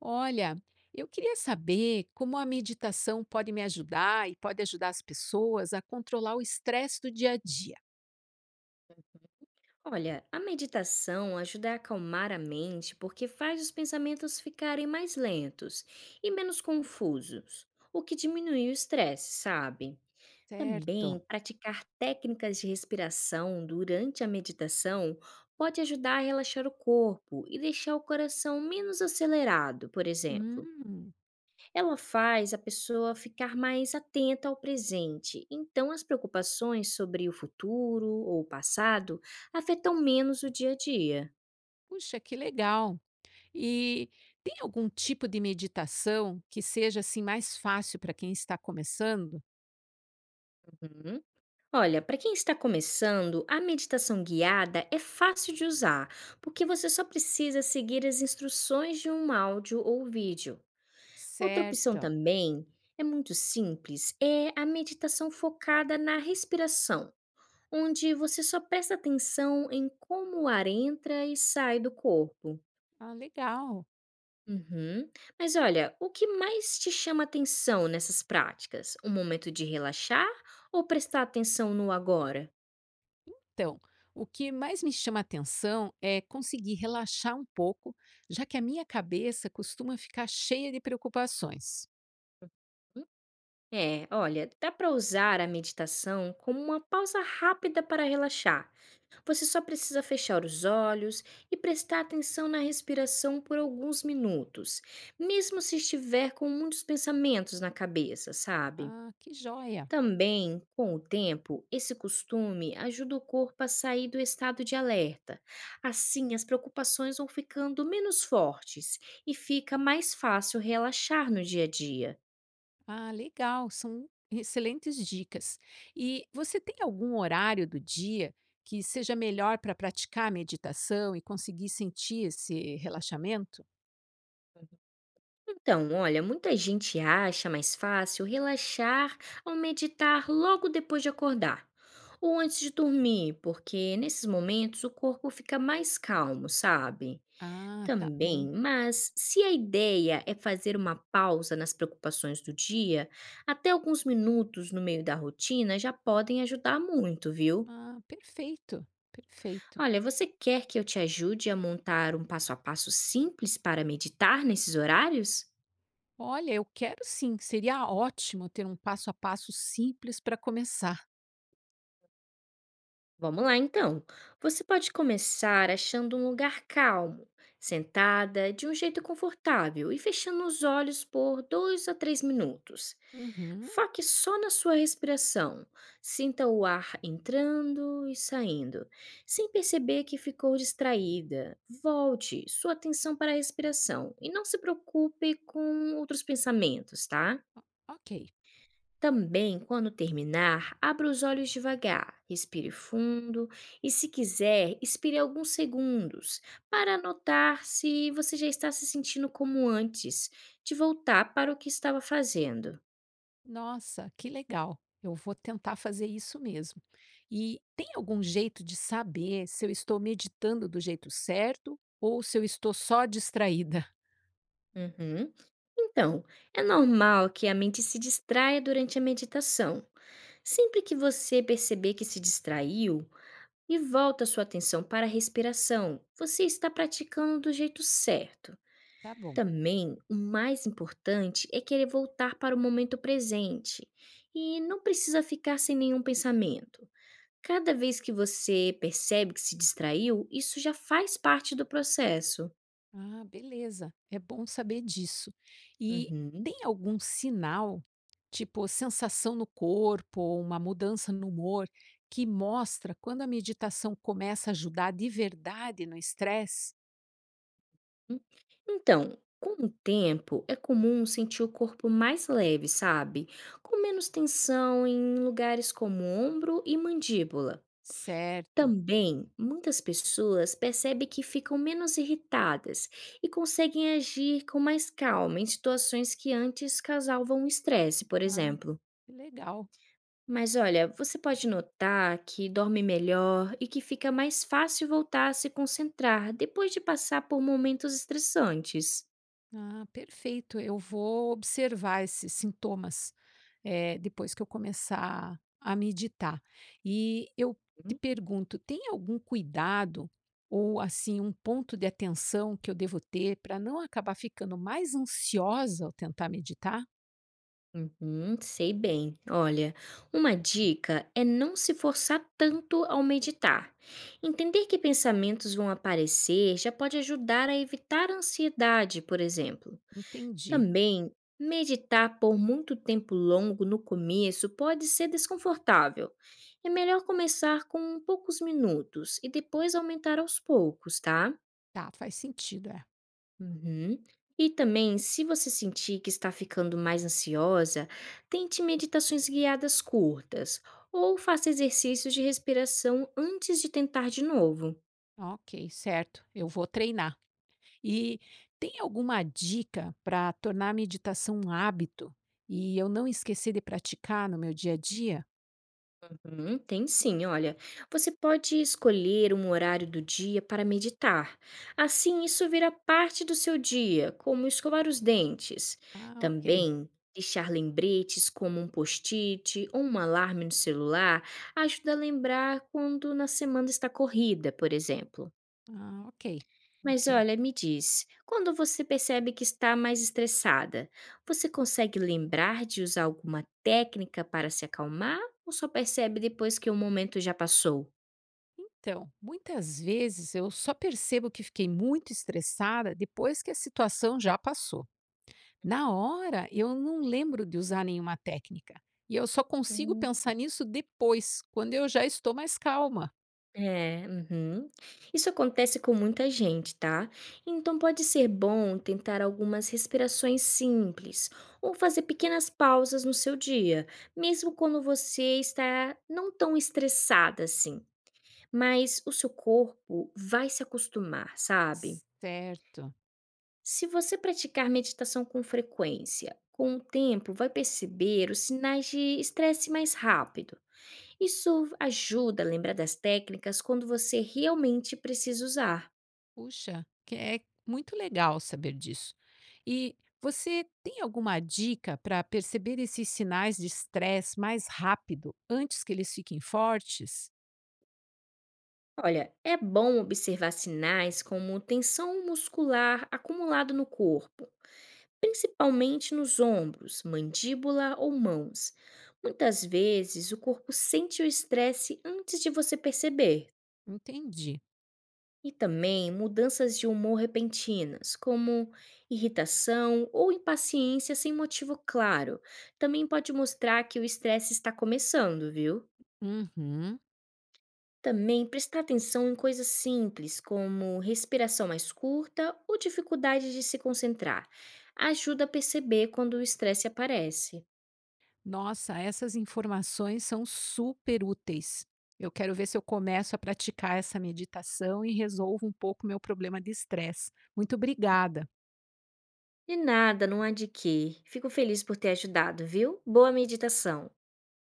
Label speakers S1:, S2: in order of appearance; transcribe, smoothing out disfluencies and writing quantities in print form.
S1: Olha, eu queria saber como a meditação pode me ajudar e pode ajudar as pessoas a controlar o estresse do dia a dia,
S2: Olha, a meditação ajuda a acalmar a mente porque faz os pensamentos ficarem mais lentos e menos confusos, o que diminui o estresse, sabe? Também
S1: certo?
S2: praticar técnicas de respiração durante a meditação pode ajudar a relaxar o corpo e deixar o coração menos acelerado, por exemplo.
S1: Hum,
S2: Ela faz a pessoa ficar mais atenta ao presente, então as preocupações sobre o futuro ou o passado afetam menos o dia a dia.
S1: puxa, que legal. E tem algum tipo de meditação que seja assim mais fácil para quem está começando?
S2: Uhum. Olha, para quem está começando, a meditação guiada é fácil de usar, porque você só precisa seguir as instruções de um áudio ou vídeo. Outra opção
S1: Certo.
S2: também é muito simples, é a meditação focada na respiração, onde você só presta atenção em como o ar entra e sai do corpo.
S1: Ah, legal.
S2: Uhum. Mas olha, o que mais te chama atenção nessas práticas? O momento de relaxar ou prestar atenção no agora?
S1: Então, o que mais me chama atenção é conseguir relaxar um pouco, já que a minha cabeça costuma ficar cheia de preocupações.
S2: Hum? É, olha, dá para usar a meditação como uma pausa rápida para relaxar. Você só precisa fechar os olhos e prestar atenção na respiração por alguns minutos, mesmo se estiver com muitos pensamentos na cabeça, sabe?
S1: Ah, que joia!
S2: Também, com o tempo, esse costume ajuda o corpo a sair do estado de alerta. Assim, as preocupações vão ficando menos fortes e fica mais fácil relaxar no dia a dia.
S1: Ah, legal, são excelentes dicas. E você tem algum horário do dia que seja melhor para praticar a meditação e conseguir sentir esse relaxamento?
S2: Então, olha, muita gente acha mais fácil relaxar ao meditar logo depois de acordar ou antes de dormir, porque nesses momentos o corpo fica mais calmo, sabe?
S1: Ah, tá bom.
S2: Também, mas se a ideia é fazer uma pausa nas preocupações do dia, até alguns minutos no meio da rotina já podem ajudar muito, viu?
S1: Ah, perfeito, perfeito.
S2: Olha, você quer que eu te ajude a montar um passo a passo simples para meditar nesses horários?
S1: Olha, eu quero sim, seria ótimo ter um passo a passo simples para começar.
S2: Vamos lá então. Você pode começar achando um lugar calmo, sentada de um jeito confortável e fechando os olhos por dois a três minutos.
S1: Uhum,
S2: Foque só na sua respiração. Sinta o ar entrando e saindo, sem perceber que ficou distraída. Volte sua atenção para a respiração e não se preocupe com outros pensamentos, tá?
S1: ok.
S2: Também, quando terminar, abra os olhos devagar, respire fundo e, se quiser, expire alguns segundos para notar se você já está se sentindo como antes de voltar para o que estava fazendo.
S1: Nossa, que legal. Eu vou tentar fazer isso mesmo. E tem algum jeito de saber se eu estou meditando do jeito certo ou se eu estou só distraída?
S2: Uhum. Então, é normal que a mente se distraia durante a meditação. Sempre que você perceber que se distraiu e volta sua atenção para a respiração, você está praticando do jeito certo.
S1: Tá bom.
S2: Também, o mais importante é querer voltar para o momento presente e não precisa ficar sem nenhum pensamento. Cada vez que você percebe que se distraiu, isso já faz parte do processo.
S1: Ah, beleza. É bom saber disso. E
S2: Uhum.
S1: tem algum sinal, tipo sensação no corpo ou uma mudança no humor, que mostra quando a meditação começa a ajudar de verdade no estresse?
S2: Hum. Então, com o tempo, é comum sentir o corpo mais leve, sabe? Com menos tensão em lugares como ombro e mandíbula.
S1: Certo.
S2: Também, muitas pessoas percebem que ficam menos irritadas e conseguem agir com mais calma em situações que antes causavam estresse, por
S1: Ah,
S2: exemplo.
S1: que legal.
S2: Mas olha, você pode notar que dorme melhor e que fica mais fácil voltar a se concentrar depois de passar por momentos estressantes.
S1: Ah, perfeito. Eu vou observar esses sintomas, depois que eu começar a meditar. E eu te pergunto, tem algum cuidado ou assim um ponto de atenção que eu devo ter para não acabar ficando mais ansiosa ao tentar meditar?
S2: Uhum, sei bem. Olha, uma dica é não se forçar tanto ao meditar. Entender que pensamentos vão aparecer já pode ajudar a evitar a ansiedade, por exemplo.
S1: Entendi.
S2: Também, meditar por muito tempo longo no começo pode ser desconfortável. É melhor começar com poucos minutos e depois aumentar aos poucos, tá?
S1: Tá, faz sentido. É.
S2: Uhum. E também, se você sentir que está ficando mais ansiosa, tente meditações guiadas curtas ou faça exercícios de respiração antes de tentar de novo.
S1: Ok, certo. Eu vou treinar. E tem alguma dica para tornar a meditação um hábito e eu não esquecer de praticar no meu dia a dia?
S2: Uhum, tem sim, olha. Você pode escolher um horário do dia para meditar. Assim, isso vira parte do seu dia, como escovar os dentes.
S1: Ah, ok.
S2: Também, deixar lembretes como um post-it ou um alarme no celular ajuda a lembrar quando na semana está corrida, por exemplo.
S1: Ah, ok.
S2: Mas
S1: Ok.
S2: olha, me diz, quando você percebe que está mais estressada, você consegue lembrar de usar alguma técnica para se acalmar ou só percebe depois que o momento já passou?
S1: Então, muitas vezes eu só percebo que fiquei muito estressada depois que a situação já passou. Na hora, eu não lembro de usar nenhuma técnica. E eu só consigo
S2: Hum,
S1: pensar nisso depois, quando eu já estou mais calma.
S2: É, uhum. Isso acontece com muita gente, tá? Então pode ser bom tentar algumas respirações simples ou fazer pequenas pausas no seu dia, mesmo quando você está não tão estressada assim. Mas o seu corpo vai se acostumar, sabe?
S1: Certo.
S2: Se você praticar meditação com frequência, com o tempo vai perceber os sinais de estresse mais rápido. Isso ajuda a lembrar das técnicas quando você realmente precisa usar.
S1: Puxa, que é muito legal saber disso. E você tem alguma dica para perceber esses sinais de estresse mais rápido, antes que eles fiquem fortes?
S2: Olha, é bom observar sinais como tensão muscular acumulada no corpo, principalmente nos ombros, mandíbula ou mãos. Muitas vezes, o corpo sente o estresse antes de você perceber.
S1: Entendi.
S2: E também mudanças de humor repentinas, como irritação ou impaciência sem motivo claro, também pode mostrar que o estresse está começando, viu?
S1: Uhum.
S2: Também prestar atenção em coisas simples, como respiração mais curta ou dificuldade de se concentrar, ajuda a perceber quando o estresse aparece.
S1: Nossa, essas informações são super úteis. Eu quero ver se eu começo a praticar essa meditação e resolvo um pouco meu problema de estresse. Muito obrigada.
S2: De nada, não há de quê. Fico feliz por ter ajudado, viu? Boa meditação.